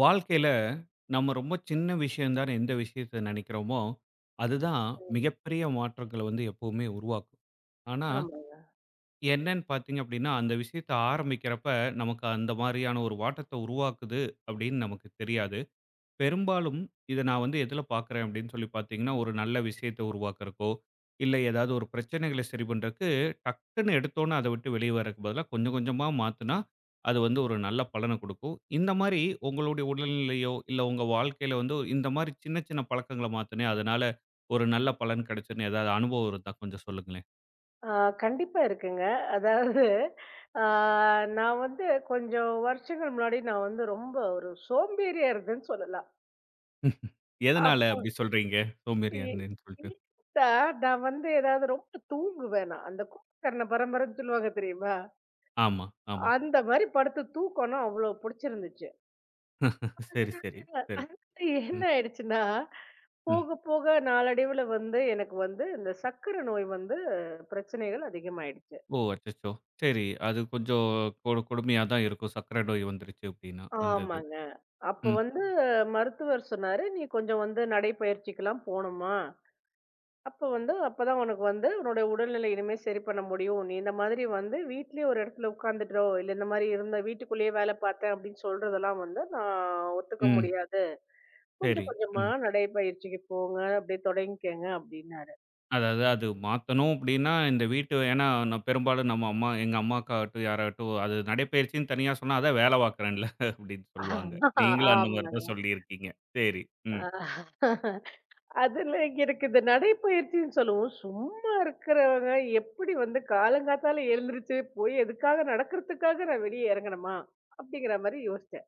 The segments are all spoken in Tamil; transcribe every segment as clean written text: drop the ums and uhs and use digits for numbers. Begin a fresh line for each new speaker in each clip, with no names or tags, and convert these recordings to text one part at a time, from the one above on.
வாழ்க்கையில நம்ம ரொம்ப சின்ன விஷயம் தான் எந்த விஷயத்த நினைக்கிறோமோ, அதுதான்
ம்.
மிகப்பெரிய மாற்றங்கள வந்து எப்பவுமே உருவாக்கும். ஆனா,
ஆமாங்க.
என்னன்னு பார்த்தீங்க அப்படின்னா, அந்த விஷயத்த ஆரம்பிக்கிறப்ப, நமக்கு அந்த மாரியான ஒரு வாட்டத்த உருவாக்குது அப்படின்னு நமக்கு தெரியாது. பெரும்பாலும் இத நான் வந்து எதுல பார்க்குறேன் அப்படின்னு சொல்லி பார்த்தீங்கன்னா, ஒரு நல்ல விஷயத்த உருவாக்குறக்கோ, இல்ல ஏதாவது ஒரு பிரச்சனைகள சரி பண்றக்கு, டக்குன்னு எடுத்தோனே அத விட்டு வெளிய வரக்கு பதிலா கொஞ்சம் கொஞ்சமா மாத்துனா, அது வந்து ஒரு நல்ல பலன குடுக்கும். இந்த மாரி உங்களுடைய உடல்நிலையோ, இல்ல உங்க வாழ்க்கையில வந்து இந்த மாரி சின்ன சின்ன பழக்கங்கள மாத்துனேன், அதனால ஒரு நல்ல பலன் கிடைச்சதுன்னு ஏதாவது அனுபவம் இருந்தா கொஞ்சம் சொல்லுங்களேன்?
ஆ கண்டிப்பா இருக்குங்க. அதாவது ஆ நான் வந்து கொஞ்சம் வருஷங்கள் முன்னாடி நான் வந்து ரொம்ப ஒரு சோம்பேறியா இருந்தேன்னு சொல்லலாம்.
எதனால
அப்போ
அப்படி சொல்றீங்க?
இ
சோம்பேறியா இருந்தேன்னு சொல்ட்டு.
இ தா- நான் வந்து ஏதாவது ரொம்ப தூங்குவேன் நான். அந்த "கூடக்கரண பரம்பரைன்னு" சொல்லுவாங்க தெரியுமா?
ஆமா, ஆமா.
அந்த மாரி படுத்து தூக்கம்னா அவ்ளோ புடிச்சிருந்துச்சு.
சரி, சரி, சரி.
என்ன
ம்,
ஆயிடுச்சுன்னா,
ம்.
போக போக நாளடைவுல வந்து எனக்கு வந்து இந்த சர்க்கரை நோய் வந்து பிரச்சனைகள் அதிகமாயிடுச்சு.
ஓ! அச்சச்சோ! சரி. அது கொஞ்சம் கொடுமையா தான் இருக்கும். சர்க்கரை நோய் வந்துருச்சு அப்டின்னா, அந்த இது.
ஆமாங்க. அப்போ
ம்,
வந்து மருத்துவர் சொன்னாரு, "நீ கொஞ்சம் வந்து நடைப்பயிற்சிக்கெல்லாம் போணுமா? அப்போ வந்து அப்பதான் உனக்கு வந்து உன்னோட உடல்நிலை இனிமே சரி பண்ண முடியும். நீ இந்த மாதிரி வந்து வீட்லயே ஒரு இடத்துல உட்கார்ந்துட்டோ, இல்ல இந்த மாதிரி இருந்த வீட்டுக்குள்ளேயே வேலை பார்த்தேன் அப்படின்னு சொல்றதெல்லாம் வந்து நான் ஒத்துக்க
ம்.
முடியாது.
சரி.
கொஞ்சம் கொஞ்சமா
ம்.
நடைப்பயிற்சிக்கு போங்க, அப்படியே தொடங்கிக்கங்க" அப்படின்னாரு.
அதாவது அது மாத்தணும் அப்டின்னா, இந்த வீட்டு ஏன்னா நான் பெரும்பாலும் நம்ம அம்மா எங்க அம்மாக்காகட்டும், யாராகட்டும் அது நடைப்பயிற்சின்னு தனியா சொன்னா, அதான் வேல பார்க்குறேன்ல அப்டின்னு சொல்லுவாங்க. நீங்களும் அந்த மாரி தான்
ஆமாங்க.
சொல்லியிருக்கீங்க. சரி. ம்.
ஆஹ் அதுல எனக்கு இந்த நடைப்பயிற்சின்னு சொல்லவும், சும்மா இருக்கிறவங்க எப்படி வந்து காலங்காத்தால எழுந்திருச்சு போய் எதுக்காக நடக்கிறதுக்காக நான் வெளிய இறங்கணுமா? அப்படிங்கிற மாரி யோசிச்சேன்.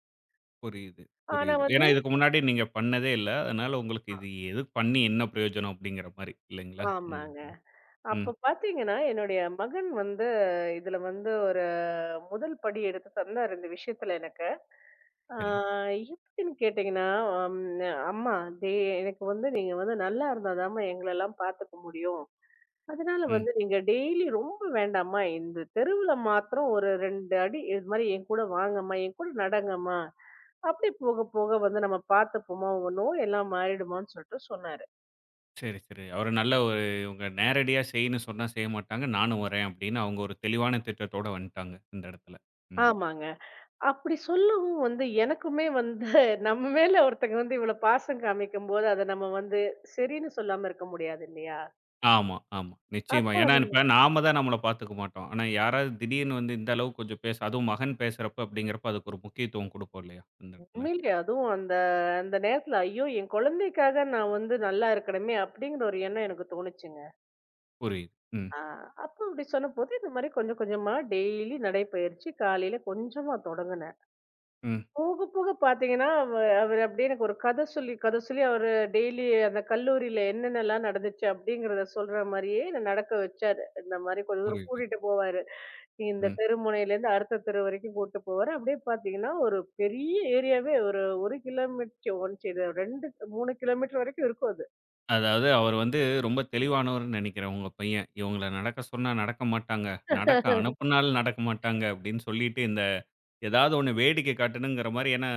புரியுது,
ஆனா
புரியுது.
வந்து
ஏன்னா இதுக்கு முன்னாடி நீங்க பண்ணதே இல்ல. அதனால உங்களுக்கு இது எது பண்ணி என்ன பிரயோஜனம் அப்டிங்கிற மாரி இல்லைங்களா? உங்க
ஆமாங்க.
இதுல. ம்.
அப்ப பார்த்தீங்கன்னா, என்னுடைய மகன் வந்து இதுல வந்து ஒரு முதல் படி எடுத்து தந்தாரு இந்த விஷயத்துல எனக்கு. ஆ
சரி.
எப்படின்னு கேட்டீங்கன்னா, அம் "அம்மா, டே எனக்கு வந்து நீங்க வந்து நல்லா இருந்தா தாம்மா எங்களெல்லாம் பார்த்துக்க முடியும்." அதனால
ம்.
வந்து நீங்க டெய்லி ரொம்ப வேண்டாம்மா இந்த தெருவுல மாத்திரம் ஒரு 2 அடி இது மாதிரி என் கூட வாங்கம்மா, என் கூட நடங்கம்மா. அப்படி போக போக வந்து நம்ம பார்த்துப்போம்மா, உங்க நோய் எல்லாம் மாறிடுமான்னு சொல்லிட்டு சொன்னாரு.
சரி, சரி. அவரு நல்ல ஒரு இவங்க நேரடியா செய்ன்னு சொன்னா செய்ய மாட்டாங்க. நானும் வரேன் அப்படின்னு அவங்க ஒரு தெளிவான திட்டத்தோட வந்துட்டாங்க இந்த இடத்துல. ம்.
ஆமாங்க. அப்படி சொல்லவும் வந்து எனக்குமே வந்து நம்ம மேல ஒருத்தங்க வந்து இவ்வளோ பாசம் காமிக்கும்போது அத நம்ம வந்து சரின்னு சொல்லாம இருக்க முடியாது இல்லையா?
ஆமா, ஆமா. நிச்சயமா.
அப்ப
ஏன்னா
அது
இப்ப நாம தான் நம்மள பார்த்துக்க மாட்டோம். ஆனா யாராவது திடீர்னு வந்து இந்த அளவுக்கு கொஞ்சம் பேச அதுவும் மகன் பேசுறப்ப அப்படிங்கிறப்ப அதுக்கு ஒரு முக்கியத்துவம் குடுப்போம் இல்லையா? அந்த இடத்துல.
உண்மையிலே அதுவும் அந்த அந்த நேரத்துல ஐயோ! என் குழந்தைக்காக நான் வந்து நல்லா இருக்கணுமே அப்படிங்கிற ஒரு எண்ணம் எனக்கு தோணுச்சுங்க.
புரியுது. ம்,
ஆ, அப்ப அப்படி சொன்னபோது, இந்த மாரி கொஞ்சம் கொஞ்சமா டெய்லி நடைப்பயிற்சி காலையில கொஞ்சமா தொடங்குனேன்.
ம்.
போக போக பார்த்தீங்கன்னா, அவரு அப்படியே எனக்கு ஒரு கதை சொல்லி கதை சொல்லி அவரு டெய்லி அந்த கல்லூரியில என்னென்னலாம் நடந்துச்சு அப்படிங்கிறத சொல்ற மாரியே என்ன நடக்க வச்சாரு. இந்த மாரி கொஞ்சம் தூரம்
புரியுது.
கூட்டிட்டு போவாரு. நீ இந்த
ம்.
தெருமுனையிலேருந்து அடுத்த தெரு வரைக்கும் கூட்டு போவாரு. அப்படியே பார்த்தீங்கன்னா, ஒரு பெரிய ஏரியாவே ஒரு 1 கிலோமீட்டர் ஒன்ஸ் இது 2, 3 கிலோமீட்டர் வரைக்கும் இருக்கும் அது.
அதாவது அவர் வந்து ரொம்ப தெளிவானவர்ன்னு நினைக்கிறேன் உங்க பையன். இவங்கள நடக்க சொன்னா நடக்க மாட்டாங்க. நடக்க அனுப்புனாலும் நடக்க மாட்டாங்க அப்படின்னு சொல்லிட்டு, இந்த ஏதாவது ஒண்ணு வேடிக்கை காட்டணுங்கிற மாரி ஏன்னா,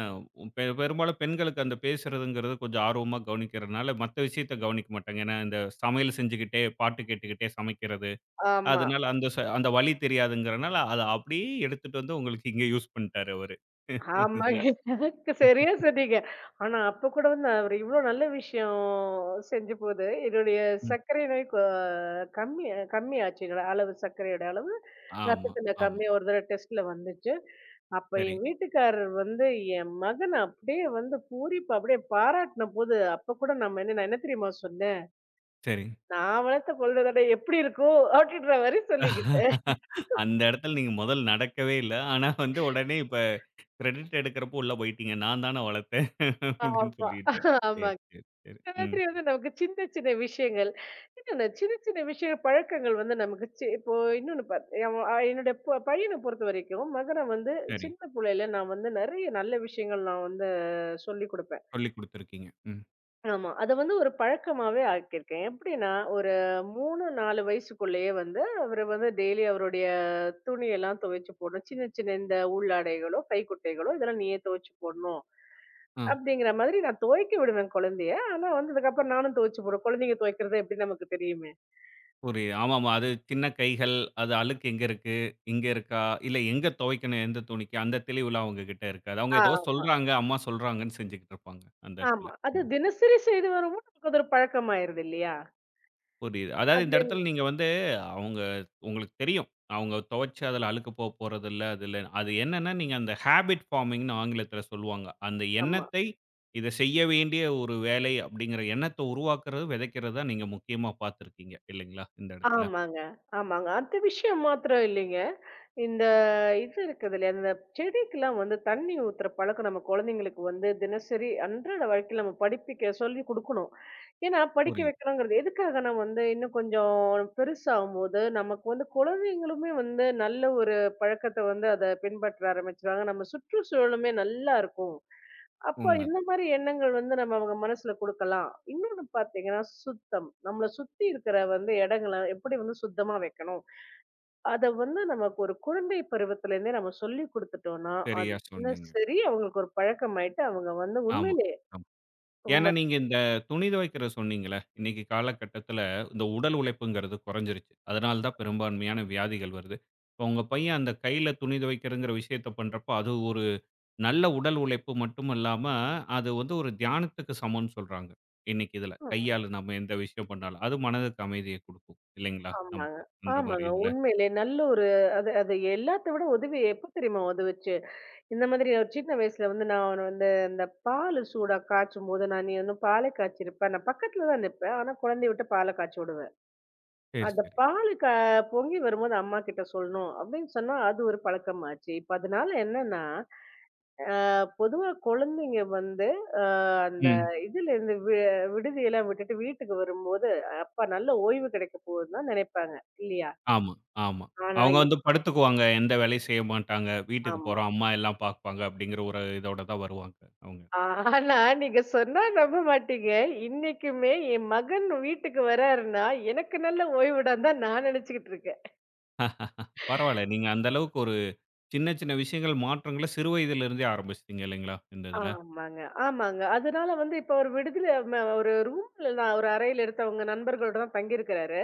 பெரும்பாலும் பெண்களுக்கு அந்த பேசுறதுங்கிறது கொஞ்சம் ஆர்வமா கவனிக்கிறதுனால, மத்த விஷயத்த கவனிக்க மாட்டாங்க. ஏன்னா, இந்த சமையல் செஞ்சுக்கிட்டே, பாட்டு கேட்டுக்கிட்டே சமைக்கிறது.
ஆமா.
அதனால அந்த அந்த வழி தெரியாதுங்கிறனால, அத அப்படியே எடுத்துட்டு வந்து உங்களுக்கு இங்க யூஸ் பண்ணிட்டாரு அவரு. இதுல.
ஆமாங்க. சரியா
ம்,
சொன்னீங்க. ஆனா, அப்ப கூட வந்து அவரு இவ்ளோ நல்ல விஷயம் செஞ்சபோது, என்னுடைய
ம்.
சர்க்கரை நோய் கொ கம்மி கம்மியாச்சு. என்னோட அளவு சர்க்கரையோட அளவு
ஆமா,
ரத்தத்துல
ஆமா.
கம்மியா ஒரு தடவ டெஸ்ட்ல வந்துச்சு. அப்ப
சரி,
என் வீட்டுக்காரர் வந்து என் மகன அப்படியே வந்து பூரிப்பா அப்படியே பாராட்டுன போது, அப்ப கூட நம்ம என்ன நான் என்ன தெரியுமா சொன்னேன்?
சரி.
"நான் வளர்த்த கொழுந்தனாட்ட எப்படி இருக்கும்?" அப்படின்ற மாரி சொல்லிக்கிட்டேன்.
அந்த இடத்துல நீங்க முதல் நடக்கவே இல்ல. ஆனா வந்து உடனே இப்ப கிரெடிட் எடுக்கிறப்போ உள்ள போயிட்டீங்க. நான் தான வளர்த்தேன் அப்படின்னு
ஆமா.
சொல்லிட்டு. சரி,
ஆமாங்க.
சரி, சரி.
இந்த
ம்.
மாதிரி வந்து நமக்கு சின்ன சின்ன விஷயங்கள், இன்னொன்னு சின்ன சின்ன விஷய பழக்கங்கள் வந்து நமக்கு சி இப்போ இன்னொன்னு பாத் அவன் அ என்னுடைய பையன பொறுத்த வரைக்கும், மகன வந்து
சரி.
சின்ன புள்ளையில நான் வந்து நெறைய நல்ல விஷயங்கள் நான் வந்து சொல்லிக் குடுப்பேன்.
சொல்லிக் குடுத்துருக்கீங்க. ம்.
ஆமா. அத வந்து ஒரு பழக்கமாவே ஆக்கியிருக்கேன். எப்படின்னா, ஒரு 3, 4 வயசுக்குள்ளேயே வந்து அவரு வந்து டெய்லி அவருடைய துணியெல்லாம் துவைச்சு போடணும். சின்ன சின்ன இந்த உள்ளாடைகளோ, கைக்குட்டைகளோ இதெல்லாம் நீயே துவைச்சு போடணும்.
ஆ
அப்படிங்கிற மாதிரி நான் துவைக்க விடுவேன் குழந்தைய. ஆனா வந்து அதுக்கப்புறம் நானும் துவைச்சு போடுவேன். குழந்தைங்க துவைக்கிறது எப்படின்னு நமக்கு தெரியுமே.
புரியுது. ஆமாமா. அது சின்ன கைகள், அது அழுக்கு எங்க இருக்கு? இங்க இருக்கா? இல்ல எங்க துவைக்கணும்? எந்த துணிக்கு? அந்த தெளிவுலாம் அவங்க கிட்ட இருக்காது. அவங்க ஏதோ
ஆமா,
சொல்றாங்க, அம்மா சொல்றாங்கன்னு செஞ்சுகிட்டு இருப்பாங்க அந்த இடத்துல.
ஆமா. அது
ம்.
தினசரி செய்து வரும்போது நமக்கு அது ஒரு பழக்கமாயிருது இல்லையா?
புரியுது. அதாவது இந்த
அது
இடத்துல நீங்க வந்து அவங்க உங்களுக்கு தெரியும். அவங்க துவைச்சு அதுல அழுக்கு போறதில்ல, அது இல்ல. அது என்னன்னா, நீங்க அந்த ஹேபிட் ஃபார்மிங்ன்னு ஆங்கிலத்தில சொல்லுவாங்க. அந்த
ஆமா.
எண்ணத்தை, இத செய்ய வேண்டிய ஒரு வேலை அப்படிங்கிற எண்ணத்த உருவாக்குறது, விதைக்கிறது தான் நீங்க முக்கியமா பார்த்துருக்கீங்க. இல்லைங்களா? இந்த இடத்துல.
ஆமாங்க, ஆமாங்க. அந்த விஷயம் மாத்திரம் இல்லைங்க. இந்த இது இருக்குது இல்லையா, இந்த செடிக்கெல்லாம் வந்து தண்ணி ஊத்துற பழக்கம் நம்ம குழந்தைங்களுக்கு வந்து தினசரி அன்றாட வாழ்க்கையில நம்ம படிப்பிக்க சொல்லிக் குடுக்கணும். ஏன்னா படிக்க
புரியுது.
வைக்கிறோங்கிறது எதுக்காகனா வந்து இன்னும் கொஞ்சம் பெருசாகும்போது, நமக்கு வந்து குழந்தைங்களுமே வந்து நல்ல ஒரு பழக்கத்த வந்து அத பின்பற்ற ஆரம்பிச்சுருவாங்க. நம்ம சுற்றுச்சூழலுமே நல்லா இருக்கும். அப்போ
உண்ம.
இந்த மாரி எண்ணங்கள் வந்து நம்ம அவங்க மனசுல குடுக்கலாம். இன்னொன்னு பார்த்தீங்கன்னா, சுத்தம். நம்மள சுத்தி இருக்கிற வந்து இடங்கள எப்படி வந்து சுத்தமா வைக்கணும்? அத வந்து நமக்கு ஒரு குழந்தை பருவத்திலேருந்தே நம்ம சொல்லிக் குடுத்துட்டோம்னா, அது
சரியா சொன்னீங்க.
தினசரி அவங்களுக்கு ஒரு பழக்கமாயிட்டு, அவங்க வந்து
ஆமா.
உண்மையிலே
ஆமா. ஏன்னா,
ரொம்ப
நீங்க இந்த துணி துவைக்கிற சொன்னீங்கல்ல, இன்னைக்கு காலகட்டத்தில இந்த உடல் உழைப்புங்கிறது குறைஞ்சிருச்சு. அதனால தான் பெரும்பான்மையான வியாதிகள் வருது. இப்போ உங்க பையன் அந்த கையில துணி துவைக்கிறங்கிற விஷயத்த பண்றப்போ, அது ஒரு நல்ல உடல் உழைப்பு மட்டும் இல்லாம, அது வந்து ஒரு தியானத்துக்கு சமம்னு சொல்றாங்க. இன்னைக்கு இதில.
ஆ
கையால நம்ம எந்த விஷயம் பண்ணாலும். அது மனதுக்கு அமைதிய குடுக்கும். இல்லைங்களா? நமக்கு
ஆமாங்க.
அந்த மாரி
ஆமாங்க.
இதில.
உண்மையிலே நல்ல ஒரு அது அது எல்லாத்த விட உதவி எப்ப தெரியுமா உதவுச்சு? இந்த மாதிரி ஒரு சின்ன வயசுல வந்து நான் அவன வந்து இந்த பாலு சூடா காய்ச்சும்போது, நான் நீ வந்து பாலே காய்ச்சிருப்பேன். நான் பக்கத்துல தான் நிப்பேன். ஆனா, குழந்தைய விட்டு பால காய்ச்சி விடுவேன்.
சரி,
அந்த
சரி.
பாலு க பொங்கி வரும்போது அம்மா கிட்ட சொல்லணும் அப்படின்னு சொன்னா அது ஒரு பழக்கமாச்சு. இப்ப அதனால என்னன்னா, அ பொதுவா குழந்தைங்க வந்து அ அந்த
ம்.
இதுலேருந்து வி விடுதியெல்லாம் விட்டுட்டு வீட்டுக்கு வரும்போது, அப்பா நல்ல ஓய்வு கிடைக்க போகுதுன்னு தான் நினைப்பாங்க. இல்லையா?
ஆமா, ஆமா.
ஆனா
அவங்க வந்து படுத்துக்குவாங்க. எந்த வேலையும் செய்ய மாட்டாங்க. வீட்டுக்கு
ஆமா.
போறோம், அம்மா எல்லாம் பார்ப்பாங்க அப்படிங்கிற ஒரு இதோட தான் வருவாங்க அவங்க.
ஆனா நீங்க சொன்னா நம்ப மாட்டீங்க. இன்னைக்குமே என் மகன் வீட்டுக்கு வராருன்னா, எனக்கு நல்ல ஓய்வுடான்னு தான் நான் நினைச்சுக்கிட்டு இருக்கேன்.
அ பரவால்ல. நீங்க அந்த அளவுக்கு ஒரு சின்ன, சின்ன விஷயங்கள் மாற்றங்கள சிறு வயதிலிருந்தே ஆரம்பிச்சுட்டீங்க இல்லைங்களா? இந்த இதுல.
ஆமாங்க, ஆமாங்க. அதனால வந்து இப்ப ஒரு விடுதில ஒரு ரூம்ல நான் ஒரு அறையில எடுத்து அவங்க நண்பர்களோட தான் தங்கியிருக்கிறாரு.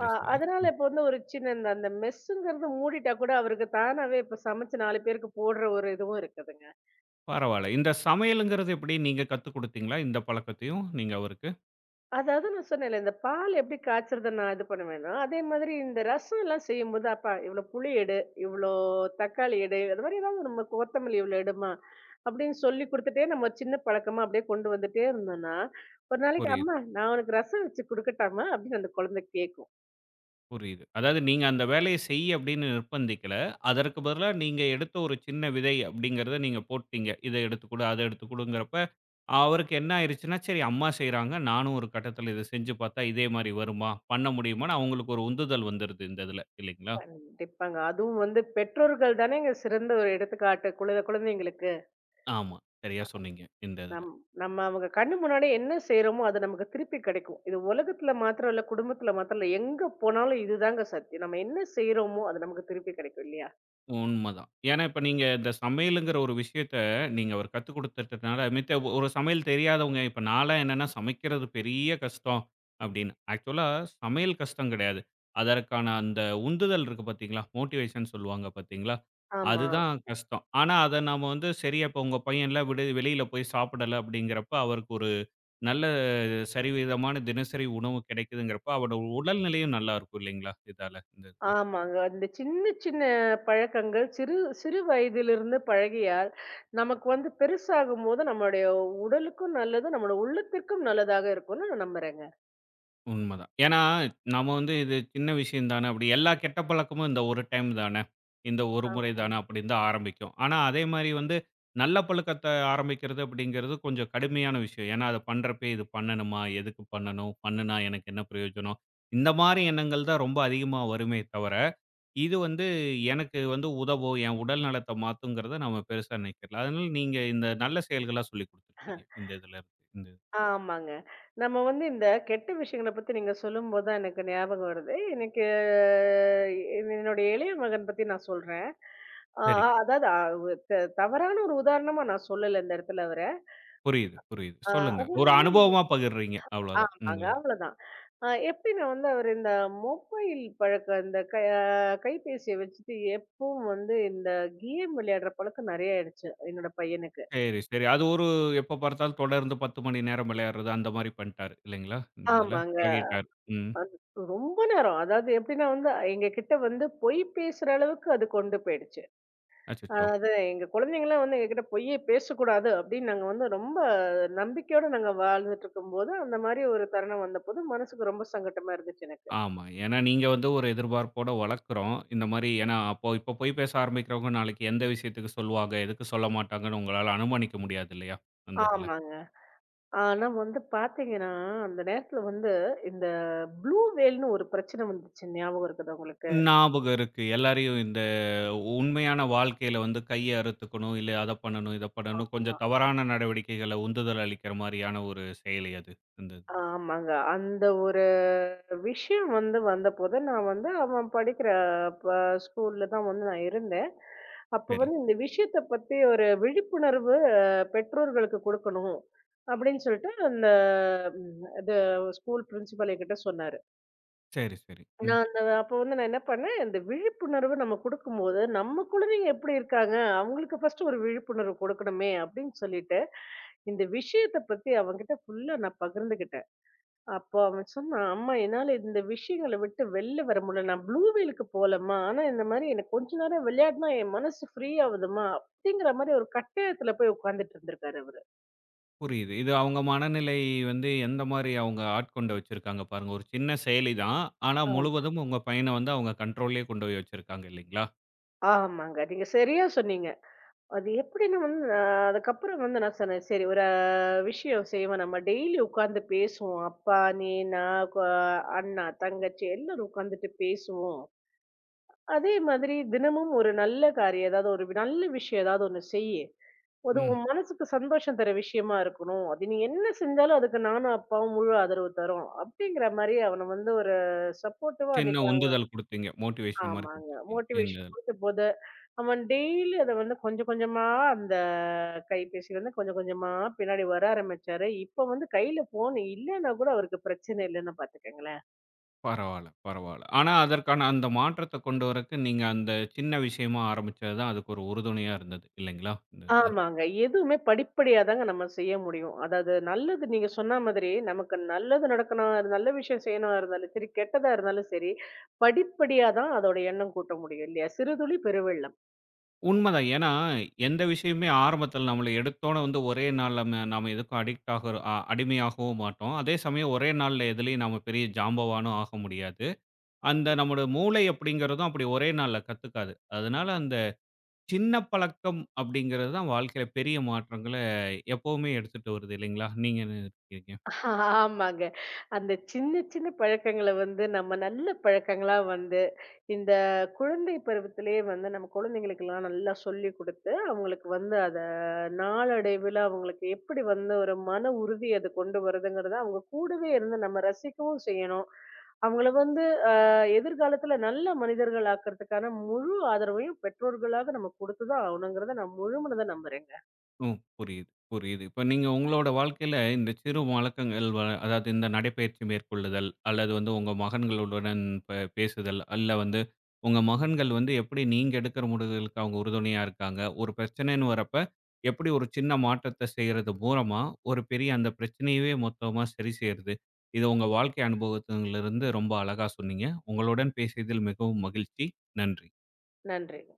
அ
சரி.
அதனால
ம்.
இப்ப வந்து ஒரு சின்ன இந்த அந்த மெஸ்ஸுங்கிறது மூடிட்டா கூட அவருக்கு தானாவே இப்ப சமைச்சு 4 பேருக்கு போடுற ஒரு இதுவும் இருக்குதுங்க.
பரவால்ல. இந்த சமையலுங்கிறது எப்படி நீங்க கத்துக் குடுத்தீங்களா? இந்த பழக்கத்தையும் நீங்க அவருக்கு?
அதாவது நான் சொன்னேன்ல, இந்த பால் எப்படி காய்ச்சறத நான் இது பண்ணுவேன்னா, அதே மாதிரி இந்த ரசம் எல்லாம் செய்யும்போது, அப்பா இவ்வளோ புளி எடு, இவ்வளோ தக்காளி எடு, அது மாதிரி ஏதாவது நம்ம கொத்தமல்லி இவ்வளோ எடும்மா, அப்படின்னு சொல்லி குடுத்துட்டே நம்ம சின்ன பழக்கமா அப்படியே கொண்டு வந்துட்டே இருந்தோம்னா, ஒரு நாளைக்கு
புரியுது,
அம்மா நான் உனக்கு ரசம் வச்சு குடுக்கட்டாம்மா அப்படின்னு அந்த குழந்தை கேட்கும்.
புரியுது. அதாவது நீங்க அந்த வேலைய செய் அப்படின்னு நிர்பந்திக்கல. அதற்கு பதிலா நீங்க எடுத்த ஒரு சின்ன விதை அப்படிங்கிறத நீங்க போட்டீங்க. இத எடுத்துக்குடு, அத எடுத்துக்குடுங்கிறப்ப, அவருக்கு என்ன ஆயிருச்சுன்னா, சரி அம்மா செய்றாங்க. நானும் ஒரு கட்டத்துல இத செஞ்சு பார்த்தா இதே மாரி வருமா? பண்ண முடியுமான்னு அவங்களுக்கு ஒரு உந்துதல் வந்துருது இந்த இதுல. இல்லைங்களா?
கண்டிப்பாங்க. அதுவும் வந்து பெற்றோர்கள் தானேங்க சிறந்த ஒரு எடுத்துக்காட்டு குழந்தைங்களுக்கு.
ஆமா. சரியா சொன்னீங்க. இந்த இதுல.
நம் நம்ம அவங்க கண்ணு முன்னாடி என்ன செய்றோமோ, அது நமக்கு திருப்பி கிடைக்கும். இது உலகத்துல மாத்திரம் இல்ல, குடும்பத்துல மாத்திரம் இல்ல. எங்க போனாலும் இதுதாங்க சத்தியம். நம்ம என்ன செய்றோமோ, அது நமக்கு திருப்பி கிடைக்கும் இல்லையா?
உண்மதான். ஏன்னா, இப்ப நீங்க இந்த சமையலுங்கிற ஒரு விஷயத்த நீங்க அவர் கத்துக் குடுத்துட்டனால, மித்த ஒரு சமையல் தெரியாதவங்க இப்ப நான்லாம் என்னன்னா, சமைக்கிறது பெரிய கஷ்டம் அப்படின்னு. ஆக்சுவலா சமையல் கஷ்டம் கிடையாது. அதற்கான அந்த உந்துதல் இருக்கு பார்த்தீங்களா? மோட்டிவேஷன் சொல்லுவாங்க பார்த்தீங்களா?
ஆமா.
அதுதான் கஷ்டம். ஆனா, அத நாம வந்து சரியா இப்ப உங்க பையன்லாம் விடு வெளியில போய் சாப்பிடல அப்படிங்கிறப்ப, அவருக்கு ஒரு நல்ல சரிவிதமான தினசரி உணவு கிடைக்குதுங்கிறப்ப, அவனோட உடல்நிலையும் நல்லா இருக்கும் இல்லைங்களா? இதால இந்த இதுல.
ஆமாங்க. அந்த சின்ன சின்ன பழக்கங்கள் சிறு சிறு வயதிலிருந்து பழகியால், நமக்கு வந்து பெருசாகும்போது நம்மளுடைய உடலுக்கும் நல்லது, நம்மளோட உள்ளத்திற்கும் நல்லதாக இருக்கும்னு நான் நம்புறேங்க.
உண்மதான். ஏன்னா, நம்ம வந்து இது சின்ன விஷயம் தானே, அப்படி எல்லா கெட்ட பழக்கமும் இந்த ஒரு டைம் தானே, இந்த ஒரு முறை
ஆமா.
தானே அப்படின்னு தான் ஆரம்பிக்கும். ஆனா, அதே மாரி வந்து நல்ல பழக்கத்த ஆரம்பிக்கிறது அப்படிங்கிறது கொஞ்சம் கடுமையான விஷயம். ஏன்னா, அத பண்றப்பயே இது பண்ணணுமா? எதுக்கு பண்ணணும்? பண்ணுனா எனக்கு என்ன பிரயோஜனம்? இந்த மாரி எண்ணங்கள் தான் ரொம்ப அதிகமா வருமே தவிர, இது வந்து எனக்கு வந்து உதவும், என் உடல் நலத்த மாத்துங்கிறத நம்ம பெருசா நினைக்கல. அதனால நீங்க இந்த நல்ல செயல்களா சொல்லிக் குடுத்துருக்கீங்க. இந்த இதுல இருந்து. இந்த
ஆமாங்க. நம்ம வந்து இந்த கெட்ட விஷயங்கள பத்தி நீங்க சொல்லும்போது தான் எனக்கு ஞாபகம் வருது. எனக்கு என்னுடைய இளைய மகன் பத்தி நான் சொல்றேன். அ
சரி.
அதாவது அ த தவறான ஒரு உதாரணமா நான் சொல்லல இந்த இடத்துல அவர.
புரியுது, புரியுது.
அ
சொல்லுங்க.
அவரு
ஒரு
வந்து
அனுபவமா பகிர்றீங்க. அவ்வளோதான். இந்த
ஆமாங்க
இது.
அவ்வளோதான். எப்படின்னா வந்து அவரு இந்த மொபைல் பழக்கம் இந்த கைபேசிய வச்சுட்டு எப்பவும் வந்து இந்த கேம் விளையாடுற பழக்கம் நெறைய ஆயிடுச்சு என்னோட பையனுக்கு.
சரி, சரி. அது ஒரு எப்ப பார்த்தாலும் தொடர்ந்து 10 மணி நேரம் விளையாடுறது அந்த மாரி பண்ணிட்டாரு இல்லைங்களா? இந்த இதுல
ஆமாங்க.
பழகிட்டாரு. ம்.
அது ரொம்ப நேரம். அதாவது எப்படின்னா வந்து, எங்க கிட்ட வந்து பொய் பேசுற அளவுக்கு அது கொண்டு போயிடுச்சு.
அச்சச்சோ!
அதாவது எங்க குழந்தைங்கலாம் வந்து எங்ககிட்ட பொய்யே பேசக்கூடாது அப்படின்னு நாங்க வந்து ரொம்ப நம்பிக்கையோட நாங்க வாழ்ந்துட்டுருக்கும்போது, அந்த மாரி ஒரு தருணம் வந்தபோது மனசுக்கு ரொம்ப சங்கட்டமா இருந்துச்சு எனக்கு.
ஆமா. ஏன்னா நீங்க வந்து ஒரு எதிர்பார்ப்போட வளர்க்குறோம். இந்த மாரி ஏன்னா அப்போ இப்ப பொய் பேச ஆரம்பிக்கிறவங்க நாளைக்கு எந்த விஷயத்துக்கு சொல்லுவாங்க, எதுக்கு சொல்ல மாட்டாங்கன்னு உங்களால அனுமானிக்க முடியாது இல்லையா? அந்த இதுல.
ஆமாங்க. ஆனா வந்து பார்த்தீங்கன்னா, அந்த நேரத்துல வந்து இந்த ப்ளூ வேல்னு ஒரு பிரச்சனை வந்துச்சு. ஞாபகம் இருக்குதா உங்களுக்கு?
ஞாபகம் இருக்கு. எல்லாரையும் இந்த உண்மையான வாழ்க்கையில வந்து கைய அறுத்துக்கணும், இல்ல அத பண்ணணும், இத பண்ணணும்.
ஆமா.
கொஞ்சம் தவறான நடவடிக்கைகள உந்துதல் அளிக்கிற மாரியான ஒரு செயலி அது இருந்தது.
ஆமாங்க. அந்த ஒரு விஷயம் வந்து வந்தபோது, நான் வந்து அவன் படிக்கிற ப ஸ்கூல்ல தான் வந்து நான் இருந்தேன். அப்ப
சரி,
வந்து இந்த விஷயத்த பத்தி ஒரு விழிப்புணர்வு பெற்றோர்களுக்கு குடுக்கணும். அப்படின்னு சொல்லிட்டு அந்த இது ஸ்கூல் பிரின்சிபல் என்கிட்ட சொன்னாரு.
சரி, சரி. ம்.
நான் அந்த அப்ப வந்து நான் என்ன பண்ணேன், இந்த விழிப்புணர்வு நம்ம குடுக்கும்போது, நம்ம குழந்தைங்க எப்படி இருக்காங்க, அவங்களுக்கு ஃபர்ஸ்ட்டு ஒரு விழிப்புணர்வு குடுக்கணுமே அப்படின்னு சொல்லிட்டு, இந்த விஷயத்த பத்தி அவன்கிட்ட ஃபுல்லா நான் பகிர்ந்துகிட்டேன். அப்போ அவன் சொன்னான், "அம்மா என்னால இந்த விஷயங்கள விட்டு வெளில வர முடியல. நான் ப்ளூ வேலுக்கு போலம்மா. ஆனா இந்த மாரி எனக்கு கொஞ்ச நேரம் விளையாடுனா என் மனசு ஃப்ரீ ஆவுதும்மா." அப்படிங்கிற மாரி ஒரு கட்டாயத்துல போய் உட்கார்ந்துட்டு இருந்திருக்காரு அவரு.
புரியுது. இது அவங்க மனநிலை வந்து எந்த மாரி அவங்க ஆட்கொண்ட வச்சிருக்காங்க பாருங்க. ஒரு சின்ன செயலி தான். ஆனா
ஆம்.
முழுவதும் உங்க பையன வந்து அவங்க கண்ட்ரோல்லயே கொண்டு போய் வச்சிருக்காங்க இல்லைங்களா?
ஆமாங்க. நீங்க சரியா சொன்னீங்க. அது எப்படின்னு வந்து அதுக்கப்புறம் வந்து நான் சொன்னேன், "சரி ஒரு விஷயம் செய்வோம். நம்ம டெய்லி உட்கார்ந்து பேசுவோம். அப்பா, நீ, நான், அண்ணா, தங்கச்சி எல்லாரும் உட்கார்ந்துட்டு பேசுவோம்." அதே மாதிரி தினமும் ஒரு நல்ல காரியம், ஏதாவது ஒரு நல்ல விஷயம் ஏதாவது ஒண்ணு செய்யி. அது
ம்.
உன் மனசுக்கு சந்தோஷம் தர விஷயமா இருக்கணும். அது நீ என்ன செஞ்சாலும் அதுக்கு நானும், அப்பாவும் முழு ஆதரவு தரோம். அப்படிங்கிற மாரி அவன வந்து ஒரு சப்போர்ட்டிவா
சின்ன
அன்னைக்கு அவன்
உந்துதல் குடுத்தீங்க. மோட்டிவேஷன் மாரி
ஆமாங்க.
குடுத்துருக்கீங்க. இந்த
மோட்டிவேஷன் குடுத்த போது, அவன் டெய்லி அத வந்து கொஞ்சம் கொஞ்சமா அந்த கைபேசி வந்து கொஞ்சம் கொஞ்சமா பின்னாடி வர ஆரம்பிச்சாரு. இப்ப வந்து கையில ஃபோன் இல்லன்னா கூட அவருக்கு பிரச்சனை இல்லன்னு பாத்துக்கங்களேன்.
பரவால்ல, பரவால்ல. ஆனா, அதற்கான அந்த மாற்றத்த கொண்டு வரக்கு நீங்க அந்த சின்ன விஷயமா ஆரம்பிச்சது தான் அதுக்கு ஒரு உறுதுணையா இருந்தது. இல்லைங்களா? இந்த இதுல.
ஆமாங்க. எதுவுமே படிப்படியா தாங்க நம்ம செய்ய முடியும். அதாவது நல்லது நீங்க சொன்ன மாதிரி, நமக்கு நல்லது நடக்கணும், அது நல்ல விஷயம் செய்யணும் இருந்தாலும் சரி, கெட்டதா இருந்தாலும் சரி, படிப்படியா தான் அதோட எண்ணம் கூட்ட முடியும் இல்லையா? சிறு துளி பெருவெள்ளம்.
உண்மதான். ஏன்னா, எந்த விஷயமுமே ஆரம்பத்துல நம்மள எடுத்தோன வந்து ஒரே நாள்ல நாம எதுக்கும் அடிக்ட் ஆகுற அடிமையாகவும் மாட்டோம். அதே சமயம் ஒரே நாள்ல எதுலயும் நாம பெரிய ஜாம்பவானும் ஆக முடியாது. அந்த நம்மோட மூளை அப்படிங்கிறதும் அப்படி ஒரே நாள்ல கத்துக்காது. அதனால அந்த சின்ன பழக்கம் அப்படிங்கிறது தான் வாழ்க்கையில பெரிய மாற்றங்கள எப்பவுமே எடுத்துட்டு வருது இல்லைங்களா? நீங்க என்ன இருக்கீங்க?
ஆமாங்க. அந்த சின்ன சின்ன பழக்கங்கள வந்து நம்ம நல்ல பழக்கங்களா வந்து, இந்த குழந்தை பருவத்திலேயே வந்து நம்ம குழந்தைங்களுக்கெல்லாம் நல்லா சொல்லிக் குடுத்து, அவங்களுக்கு வந்து அத நாளடைவில அவங்களுக்கு எப்படி வந்து ஒரு மன உறுதி அது கொண்டு வருதுங்கிறத, அவங்க கூடவே இருந்து நம்ம ரசிக்கவும் செய்யணும். அவங்கள வந்து அ எதிர்காலத்துல நல்ல மனிதர்கள் ஆக்குறதுக்கான முழு ஆதரவையும் பெற்றோர்களாக நம்ம குடுத்து தான் ஆகணுங்கிறத நான் முழுமனதா நம்புறேங்க.
ம். புரியுது, புரியுது. இப்ப நீங்க உங்களோட வாழ்க்கையில இந்த சிறு வழக்கங்கள் அதாவது இந்த நடைப்பயிற்சி மேற்கொள்ளுதல், அல்லது வந்து உங்க மகன்களுடன் பேசுதல், அல்ல வந்து உங்க மகன்கள் வந்து எப்படி நீங்க எடுக்கிற முடிவுகளுக்கு அவங்க உறுதுணையா இருக்காங்க. ஒரு பிரச்சனைன்னு வரப்ப, எப்படி ஒரு சின்ன மாற்றத்த செய்றது மூலமா, ஒரு பெரிய அந்த பிரச்சனையவே மொத்தமா சரி செய்றது. இத உங்க வாழ்க்கை அனுபவத்திலிருந்து ரொம்ப அழகா சொன்னீங்க. உங்களுடன் பேசியதில் மிகவும் மகிழ்ச்சி. நன்றி.
நன்றிங்க.